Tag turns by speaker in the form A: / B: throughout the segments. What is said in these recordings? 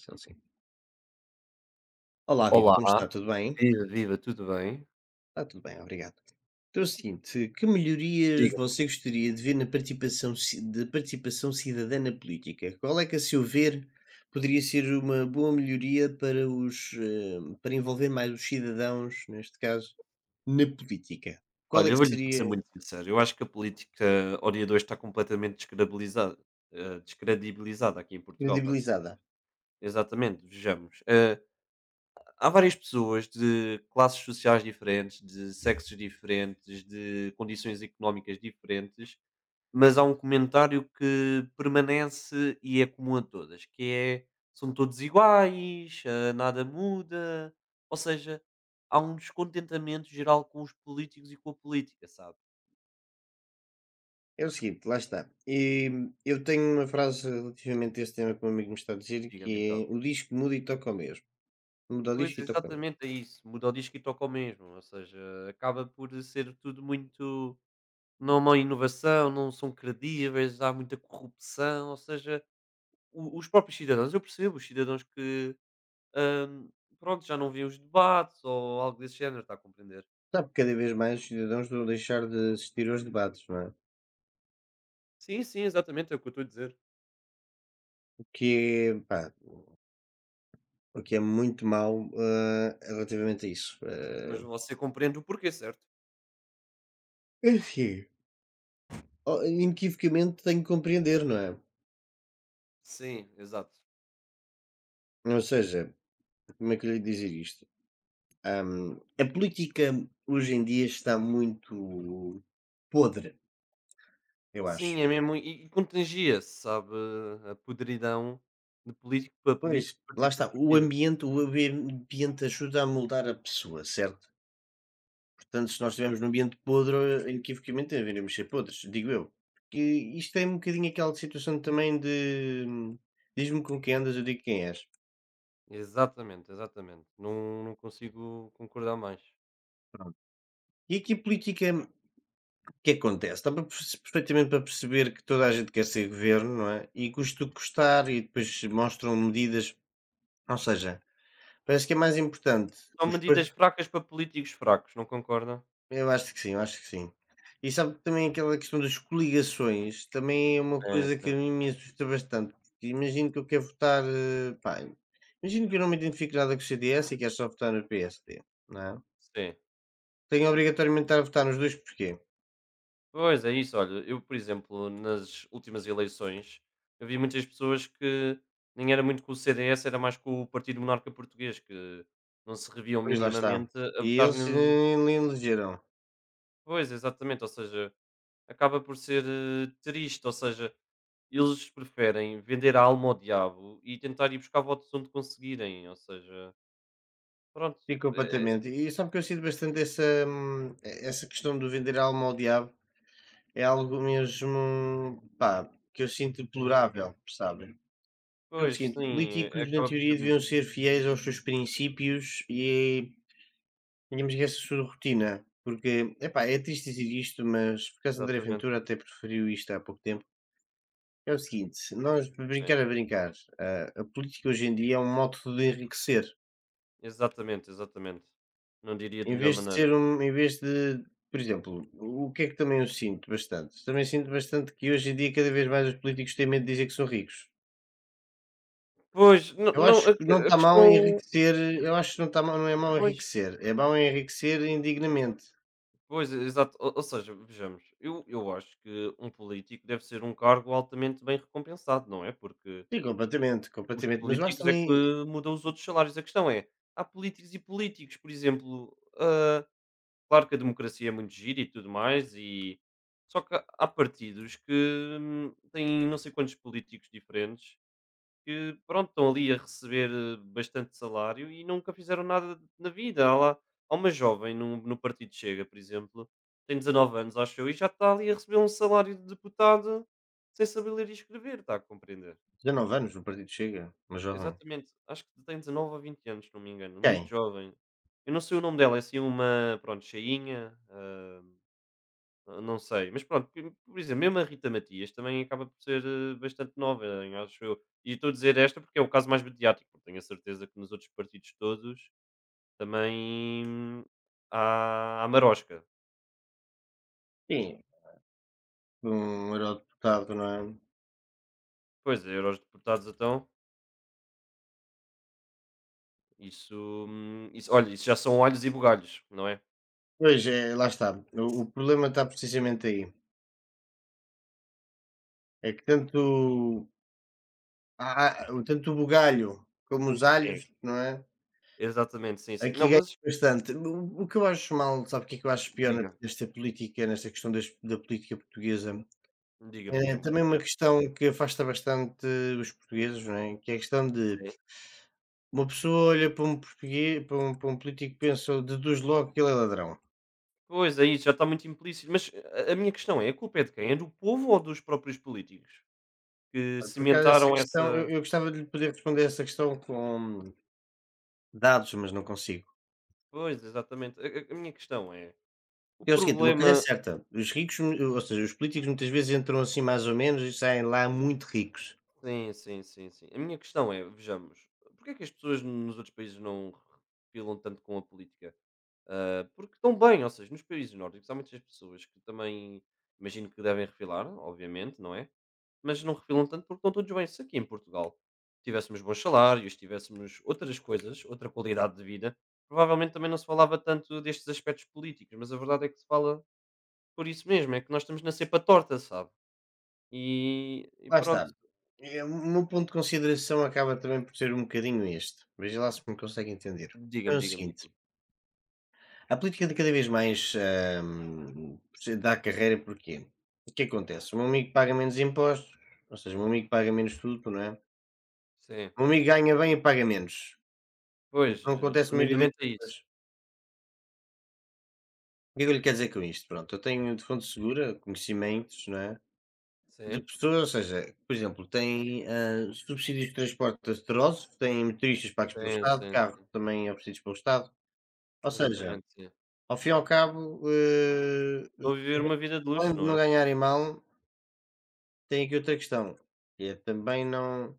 A: Sim, sim. Olá, viva, como
B: Olá,
A: está? Tudo bem?
B: viva, viva, tudo bem?
A: Está tudo bem, obrigado. Então, é o seguinte, que melhorias
B: Diga.
A: você gostaria de ver na participação, ci- de participação cidadã na política? Qual é que, a seu ver, poderia ser uma boa melhoria para os, para envolver mais os cidadãos, neste caso, na política? Qual é
B: Olha, eu
A: que
B: vou-lhe ser
A: seria
B: muito sincero, eu acho que a política Ori está completamente descredibilizada, descredibilizada aqui em Portugal, tá?
A: credibilizada?
B: Exatamente, vejamos. Há várias pessoas de classes sociais diferentes, de sexos diferentes, de condições económicas diferentes, mas há um comentário que permanece e é comum a todas, que é são todos iguais, nada muda, ou seja, há um descontentamento geral com os políticos e com a política, sabe?
A: É o seguinte, lá está. E, eu tenho uma frase relativamente a este tema que um amigo me está a dizer, que
B: Diga-me
A: é
B: então.
A: o disco muda e toca o mesmo. Muda o
B: Pois,
A: disco e toca o mesmo.
B: exatamente é isso, muda o disco e toca o mesmo, ou seja, acaba por ser tudo muito. Não há inovação, não são credíveis, há muita corrupção, ou seja, o os próprios cidadãos eu percebo os cidadãos que, hã, pronto, já não veem os debates ou algo desse género, está a compreender?
A: Sabe que cada vez mais os cidadãos vão deixar de assistir aos debates, não é?
B: Sim, sim, exatamente, é o que eu estou a dizer.
A: O que é, pá, o que é muito mau, relativamente a isso.
B: Mas você compreende o porquê, certo?
A: Enfim, oh, inequivocamente tenho que compreender, não é?
B: Sim, exato.
A: Ou seja, como é que eu lhe dizer isto? A política hoje em dia está muito podre, eu acho.
B: Sim, é mesmo e contagia-se, sabe, a podridão de político para
A: Pois,
B: político,
A: lá
B: partido para
A: está.
B: partido.
A: O ambiente ajuda a moldar a pessoa, certo? Portanto, se nós estivermos num ambiente podre, inequivocamente haveremos ser podres, digo eu. Porque isto é um bocadinho aquela situação também de diz-me com quem andas, eu digo quem és.
B: Exatamente, exatamente. Não consigo concordar mais.
A: Pronto. E aqui a política, o que acontece? Dá para perce- perfeitamente para perceber que toda a gente quer ser governo, não é? E custa o que custar, e depois mostram medidas. Ou seja, parece que é mais importante
B: São
A: os
B: medidas
A: partidos.
B: fracas para políticos fracos, não concorda?
A: Eu acho que sim, eu acho que sim. E sabe que também aquela questão das coligações também é uma
B: É,
A: coisa que
B: sim,
A: a mim me assusta bastante, porque imagino que eu quero votar, pá, imagino que eu não me identifique nada com o CDS e quero só votar no PSD, não é?
B: sim.
A: Tenho obrigatoriamente de estar a votar nos dois, porquê?
B: Pois é isso, olha, eu, por exemplo, nas últimas eleições, eu vi muitas pessoas que nem era muito com o CDS, era mais com o Partido Monarca Português, que não se reviam
A: Pois lá está.
B: minimamente a
A: E
B: votar
A: eles
B: num.
A: nem elegeram.
B: Pois, exatamente, ou seja, acaba por ser triste, ou seja, eles preferem vender a alma ao diabo e tentar ir buscar votos onde conseguirem, ou seja, pronto,
A: E
B: eh,
A: completamente. E sabe que eu sinto bastante essa, essa questão do vender a alma ao diabo. É algo mesmo, pá, que eu sinto deplorável, sabe? É o
B: pois
A: seguinte,
B: sim,
A: políticos na
B: acaba por ser
A: teoria
B: muito,
A: deviam ser fiéis aos seus princípios e tínhamos que essa sua rotina, porque, epá, é triste dizer isto, mas por acaso André
B: exatamente.
A: Ventura até preferiu isto há pouco tempo. É o seguinte, se nós para brincar a brincar, a política hoje em dia é um modo de enriquecer,
B: Exatamente, exatamente. Não diria de
A: em
B: melhor
A: vez de
B: maneira.
A: ser um, em vez de, por exemplo, o que é que também eu sinto bastante? Também sinto bastante que hoje em dia cada vez mais os políticos têm medo de dizer que são ricos.
B: Pois, não
A: Eu
B: não a
A: acho que não
B: a a
A: está mal
B: questão
A: enriquecer, eu acho que não está mal, não é mal
B: pois,
A: enriquecer, é mau enriquecer indignamente.
B: pois, exato. Ou seja, vejamos, eu acho que um político deve ser um cargo altamente bem recompensado, não é, porque
A: Sim, completamente,
B: os
A: completamente, mas eu acho
B: políticos é
A: também
B: que mudam os outros salários. A questão é, há políticos e políticos, por exemplo, claro que a democracia é muito gira e tudo mais e só que há partidos que têm não sei quantos políticos diferentes que, pronto, estão ali a receber bastante salário e nunca fizeram nada na vida. Há uma jovem no Partido Chega, por exemplo, tem 19 anos, acho eu, e já está ali a receber um salário de deputado sem saber ler e escrever, está a compreender?
A: 19 anos no partido Chega, uma jovem.
B: Exatamente, acho que tem 19 a 20 anos, se não me engano, muito
A: Quem?
B: jovem. Eu não sei o nome dela, é assim uma, pronto, cheinha. Não sei, mas pronto, por exemplo, mesmo a Rita Matias também acaba por ser, bastante nova, em acho eu. E estou a dizer esta porque é o caso mais mediático, porque tenho a certeza que nos outros partidos todos também há marosca.
A: Sim, um eurodeputado, não é?
B: Pois, é, eurodeputados então, isso, isso olha, isso já são alhos e bugalhos, não é?
A: Pois, é, lá está, o problema está precisamente aí, é que tanto há há o- tanto o bugalho como os
B: Sim.
A: alhos, não é,
B: Exatamente, sim, sim. Não,
A: aqui ganha
B: mas
A: bastante. O que eu acho mal, sabe o que é que eu acho pior
B: diga,
A: nesta política, nesta questão das da política portuguesa?
B: diga-me,
A: É
B: diga-me o que é
A: também
B: que
A: uma
B: achas então.
A: questão que afasta bastante os portugueses, não é? Que é a questão de
B: Sim.
A: uma pessoa olha para um português, para um político e pensa, deduz logo que ele é ladrão.
B: Pois aí já está muito implícito, mas a minha questão é, a culpa é de quem? É do povo ou dos próprios políticos? Que
A: Olha, por acaso, essa
B: cimentaram
A: questão,
B: essa.
A: eu gostava de lhe poder responder essa questão com dados, mas não consigo.
B: Pois, exatamente. A minha questão é, o
A: É o seguinte, uma coisa é
B: problema.
A: certa, os ricos, mu- ou seja, os políticos muitas vezes entram assim mais ou menos e saem lá muito ricos.
B: Sim, sim, sim, sim. A minha questão é, vejamos, porque é que as pessoas nos outros países não filam tanto com a política? Ah, porque estão bem, ou seja, nos países nórdicos há muitas pessoas que também imagino que devem refilar, obviamente, não é? Mas não refilam tanto porque estão todos bem. Se aqui em Portugal tivéssemos bons salários, tivéssemos outras coisas, outra qualidade de vida, provavelmente também não se falava tanto destes aspectos políticos, mas a verdade é que se fala. Por isso mesmo, é que nós estamos na cepa torta, sabe? E
A: Lá está.
B: pronto.
A: É, o meu ponto de consideração acaba também por ser um bocadinho este. Veja lá se me consegue entender. Então
B: Diga-me,
A: é o
B: diga-me,
A: seguinte,
B: diga-me.
A: a política de cada vez mais, hum, dá carreira porquê? O que acontece? O meu amigo paga menos impostos, ou seja, o meu amigo paga menos tudo, não é?
B: Sim.
A: O meu amigo ganha bem e paga menos, o
B: Pois,
A: que não acontece na maioria das
B: resumidamente é
A: pessoas.
B: isso.
A: O que é que eu lhe quero dizer com isto? Pronto, eu tenho de fonte segura conhecimentos, não é? De
B: Sim,
A: pessoas, ou seja, por exemplo, tem subsídios de transporte astrosos, tem motoristas pagos pelo
B: sim,
A: Estado,
B: sim,
A: carros
B: sim.
A: também oferecidos pelo Estado, ou seja,
B: Exatamente, sim.
A: ao fim e ao cabo,
B: Estão a viver uma vida de luxo,
A: além de
B: não
A: não
B: é?
A: ganharem mal. Tem aqui outra questão, eu também não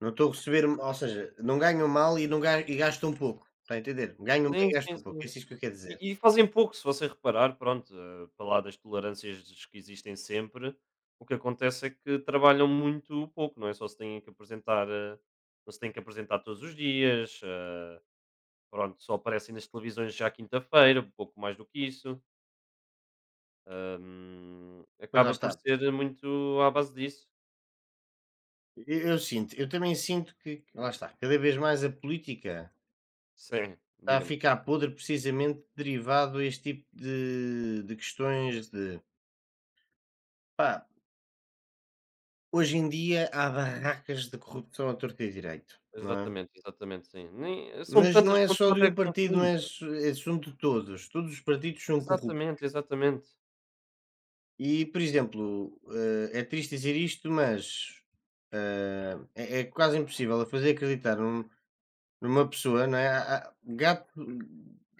A: não estou a receber ou seja, não ganho mal e não ga e gasto um pouco, está a entender? Ganho bem
B: Sim,
A: e
B: sim,
A: gasto um pouco, é
B: sim.
A: isso que eu quero dizer.
B: E fazem pouco, se você reparar, pronto, para lá das tolerâncias que existem sempre, o que acontece é que trabalham muito pouco, não é? Só se têm que apresentar, não se têm que apresentar todos os dias, pronto, só aparecem nas televisões já à quinta-feira, pouco mais do que isso.
A: Pois lá
B: Acaba por
A: está.
B: ser muito à base disso.
A: Eu sinto eu também sinto que lá está, cada vez mais a política
B: Sim,
A: está a
B: diga-me.
A: ficar podre precisamente derivado a este tipo de questões de pá, hoje em dia há barracas de corrupção à torto e direito, não é?
B: Exatamente, exatamente, sim. Nem são
A: Mas
B: tantas
A: não
B: que
A: é
B: uma
A: só
B: pessoa
A: de um
B: até
A: partido, não
B: confunde.
A: é assu é assunto de todos, todos os partidos são corruptos.
B: Exatamente, exatamente.
A: E, por exemplo, é triste dizer isto, mas é, é quase impossível a fazer acreditar num- numa pessoa, não é? Há- há- Gato,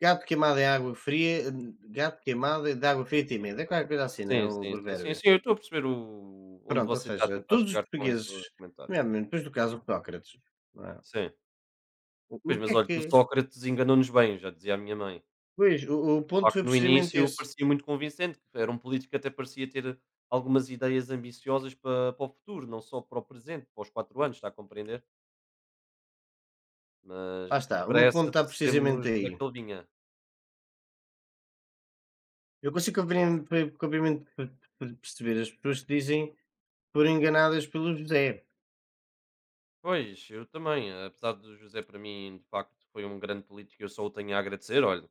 A: gato queimado em água fria, gato queimado de água fria tem
B: Eu,
A: medo. É
B: eh,
A: qualquer coisa assim, não é?
B: sim,
A: O
B: sim, sim, sim,
A: provérbio.
B: sim, eu estou a perceber o onde
A: Pronto, ou
B: você está a
A: seja,
B: tentar
A: todos os
B: chegar com esse
A: portugueses,
B: comentário.
A: nomeadamente depois do caso Sócrates, não é?
B: Sim.
A: O,
B: Pois,
A: o que
B: mas
A: é
B: olha que o
A: que.
B: Sócrates enganou-nos bem, já dizia a minha mãe.
A: Pois, o
B: De
A: ponto
B: facto,
A: foi
B: no
A: precisamente
B: início
A: esse.
B: parecia muito convincente, que era um político que até parecia ter algumas ideias ambiciosas para o futuro, não só para o presente, para os 4 anos, está a compreender?
A: Lá
B: Mas
A: está, o meu ponto
B: depressa
A: está
B: percebemos
A: precisamente
B: de onde
A: aí.
B: é que ele vinha.
A: Eu consigo compreender- compreender- perceber as pessoas que dizem foram enganadas pelo José.
B: Pois, eu também, apesar do José para mim, de facto, foi um grande político, eu só o tenho a agradecer, olha,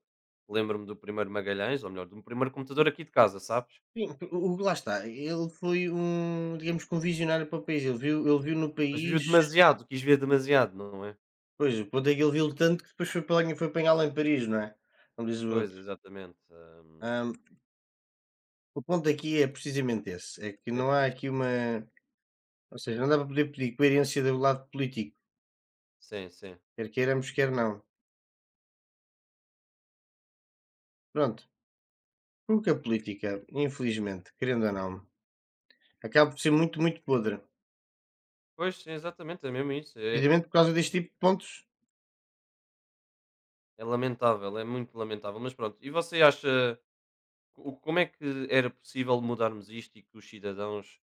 B: lembro-me do primeiro Magalhães, ou melhor, do primeiro computador aqui de casa, sabes?
A: Sim, o lá está, ele foi um, digamos que um visionário para o país, ele viu no
B: Mas viu
A: país
B: demasiado, quis ver demasiado, não é?
A: pois, o ponto é que ele viu tanto que depois foi apanha foi apanhá lo em Paris, não é, como diz o
B: Pois,
A: outro.
B: exatamente.
A: Hã, o ponto
B: Pois,
A: aqui é precisamente esse, é que
B: é
A: não há aqui
B: triste.
A: uma ou seja, não dá para poder pedir coerência do lado político,
B: Sim, sim.
A: quer queiramos, quer não. Pronto, porque a política, infelizmente, querendo ou não, acaba por ser muito, muito podre,
B: Pois, sim, exatamente, é mesmo isso. É,
A: precisamente por causa deste tipo de pontos.
B: é lamentável, é muito lamentável. Mas pronto, e você acha. O Como é que era possível mudarmos isto e que os cidadãos,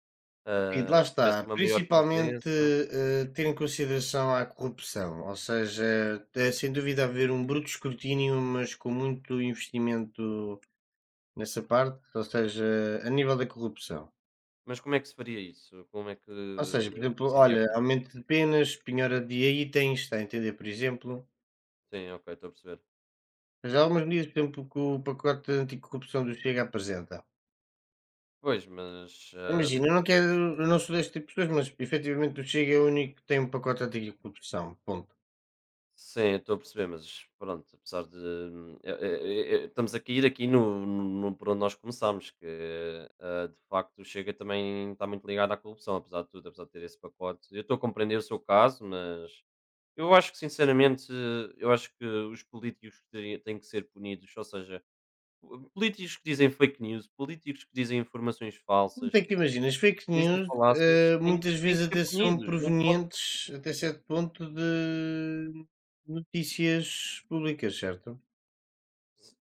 A: Sim, lá
B: tivessem
A: está.
B: uma maior
A: Principalmente,
B: presença?
A: ter em consideração a corrupção, ou seja, é é sem dúvida haver um bruto escrutínio, mas com muito investimento nessa parte, ou seja, a nível da corrupção.
B: Mas como é que se faria isso? Como é que
A: Ou seja, por exemplo,
B: se iria
A: olha,
B: acon
A: aumento de penas, penhora de itens, está a entender, por exemplo.
B: Sim, ok, estou a perceber.
A: Mas há algumas medidas, por exemplo, que o pacote anticorrupção do Chega apresenta.
B: Pois, mas,
A: Imagina, eu não quero, eu não sou deste tipo de pessoas, mas efetivamente o Chega é o único que tem um pacote anticorrupção, ponto.
B: sim, estou a perceber, mas pronto, apesar de estamos a cair aqui por onde nós começámos, que, de facto o Chega também está muito ligado à corrupção, apesar de tudo, apesar de ter esse pacote. Eu estou a compreender o seu caso, mas. Eu acho que sinceramente, eu acho que os políticos que têm que ser punidos, ou seja, políticos que dizem fake news, políticos que dizem informações
A: Porque
B: falsas,
A: é que imagina, as fake
B: dizem
A: news,
B: falácias, têm,
A: muitas
B: têm que
A: vezes
B: ser
A: até são
B: punidos, não pode,
A: provenientes, até certo ponto, de notícias públicas, certo?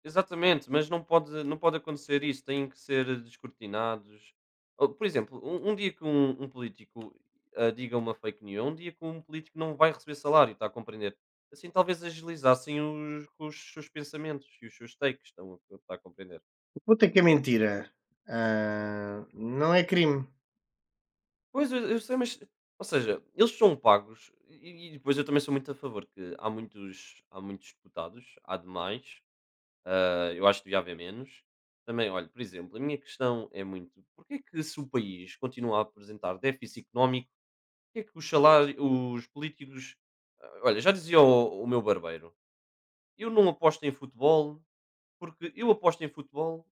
B: exatamente, mas não pode, não pode acontecer isso, têm que ser descortinados. Ou, por exemplo, um dia que um político diga uma fake news, é um dia que um político não vai receber salário, está a compreender? Assim talvez agilizassem os seus pensamentos e os seus takes, está a compreender?
A: O ponto é que é mentira. Ah, não é crime.
B: Pois, eu sei, mas ou seja, eles são pagos e depois eu também sou muito a favor que há muitos deputados, há demais, eu acho que devia haver menos. Também, olha, por exemplo, a minha questão é muito: porque é que se o país continua a apresentar déficit económico, porque é que os salários os políticos olha, já dizia o meu barbeiro: "Eu não aposto em futebol, porque eu aposto em futebol,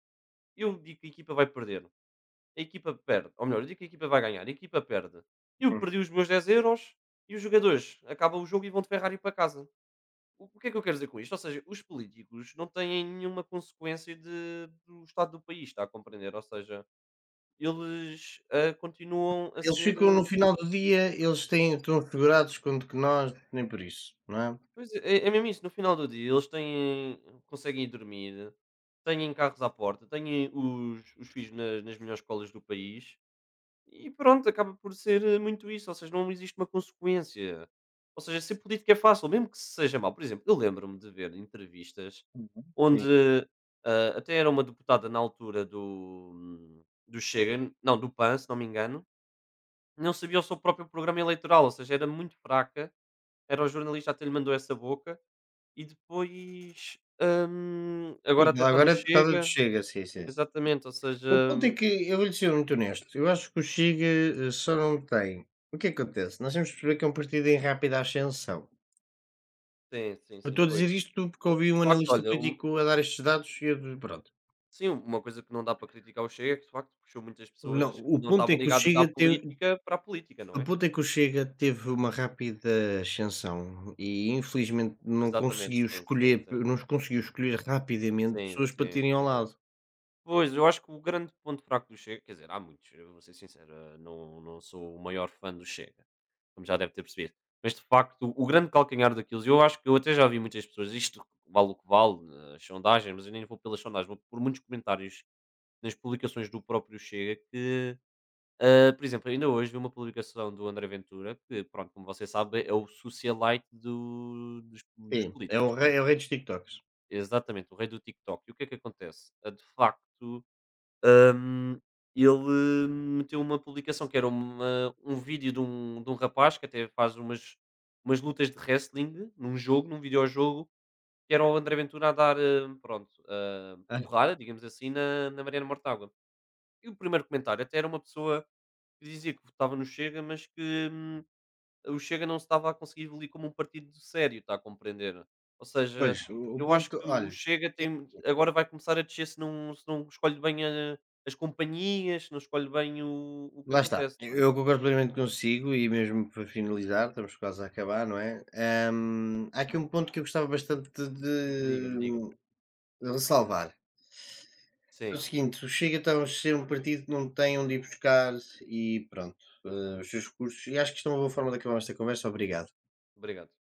B: eu digo que a equipa vai perder", a equipa perde, ou melhor, eu digo que a equipa vai ganhar, a equipa perde. Eu
A: Hum.
B: perdi os meus 10 euros e os jogadores acabam o jogo e vão de Ferrari para casa. O que é que eu quero dizer com isto? Ou seja, os políticos não têm nenhuma consequência do estado do país, está a compreender? Ou seja, eles continuam a
A: Eles
B: ser.
A: ficam no final do dia, eles têm, estão segurados quanto que nós, nem por isso, não é?
B: Pois é, é mesmo isso, no final do dia eles têm, conseguem ir dormir, têm carros à porta, têm os filhos nas melhores escolas do país. E pronto, acaba por ser, muito isso, ou seja, não existe uma consequência. Ou seja, ser político é fácil, mesmo que seja mal. Por exemplo, eu lembro-me de ver entrevistas
A: Uhum. Sim.
B: onde, até era uma deputada na altura do Chega, não, do PAN, se não me engano, não sabia o seu próprio programa eleitoral, ou seja, era muito fraca, era o jornalista até lhe mandou essa boca e depois, agora
A: Sim,
B: até
A: ela
B: está no
A: agora é deputada do
B: Chega.
A: Chega, sim, sim, sim.
B: Exatamente, ou seja.
A: O ponto é que, eu vou-lhe ser muito honesto, eu acho que o Chega só não tem. O que é que acontece? Nós temos que perceber que é um partido em rápida ascensão.
B: Sim, sim,
A: Eu
B: sim,
A: estou a
B: pois.
A: dizer isto porque ouvi
B: De
A: um
B: facto,
A: analista
B: olha,
A: político a dar estes dados e eu, pronto.
B: Sim, uma coisa que não dá para criticar o Chega é que, de facto, puxou muitas
A: Não,
B: pessoas que
A: o
B: não
A: ponto
B: estavam
A: é que o
B: ligadas à
A: Chega teve,
B: política para a política, não
A: o
B: é?
A: ponto é que o Chega teve uma rápida ascensão e infelizmente não
B: Exatamente,
A: conseguiu
B: sim, sim,
A: escolher,
B: sim.
A: não conseguiu escolher rapidamente
B: Sim,
A: pessoas para
B: sim,
A: terem ao
B: sim.
A: lado.
B: Pois, eu acho que o grande ponto fraco do Chega, quer dizer, há muitos, eu vou ser sincero, não, não sou o maior fã do Chega, como já deve ter percebido. Mas, de facto, o grande calcanhar daquilo, e eu acho que eu até já vi muitas pessoas, isto vale o que vale, as sondagens, mas eu nem vou pelas sondagens, vou por muitos comentários nas publicações do próprio Chega que. Ah, por exemplo, ainda hoje vi uma publicação do André Ventura, que pronto, como você sabe, é o socialite dos
A: Sim,
B: políticos, não é?
A: é o rei dos TikToks.
B: Exatamente, o rei do TikTok. E o que é que acontece? Ah, de facto, hum, ele meteu uma publicação que era um vídeo de um rapaz que até faz umas lutas de wrestling num jogo, num videojogo, que era o André Ventura a dar, pronto,
A: Ah,
B: porrada, digamos assim, na Mariana Mortágua. E o primeiro comentário até era uma pessoa que dizia que votava no Chega, mas que o Chega não se estava a conseguir ali como um partido sério, está a compreender? Ou
A: pois,
B: seja,
A: o
B: eu acho
A: ponto,
B: que o
A: olha,
B: Chega tem, agora vai começar a descer se não escolhe bem as companhias, se não escolhe bem o que
A: lá está.
B: acontece, não é?
A: Eu concordo plenamente consigo e mesmo para finalizar, estamos quase a acabar, não é? Há aqui um ponto que eu gostava bastante
B: Diga-me, diga-me.
A: de ressalvar. É o
B: Sim,
A: seguinte, o Chega está a ser um partido que não tem onde ir buscar e pronto, os seus recursos e acho que isto é uma boa forma de acabarmos esta conversa. Obrigado.
B: obrigado.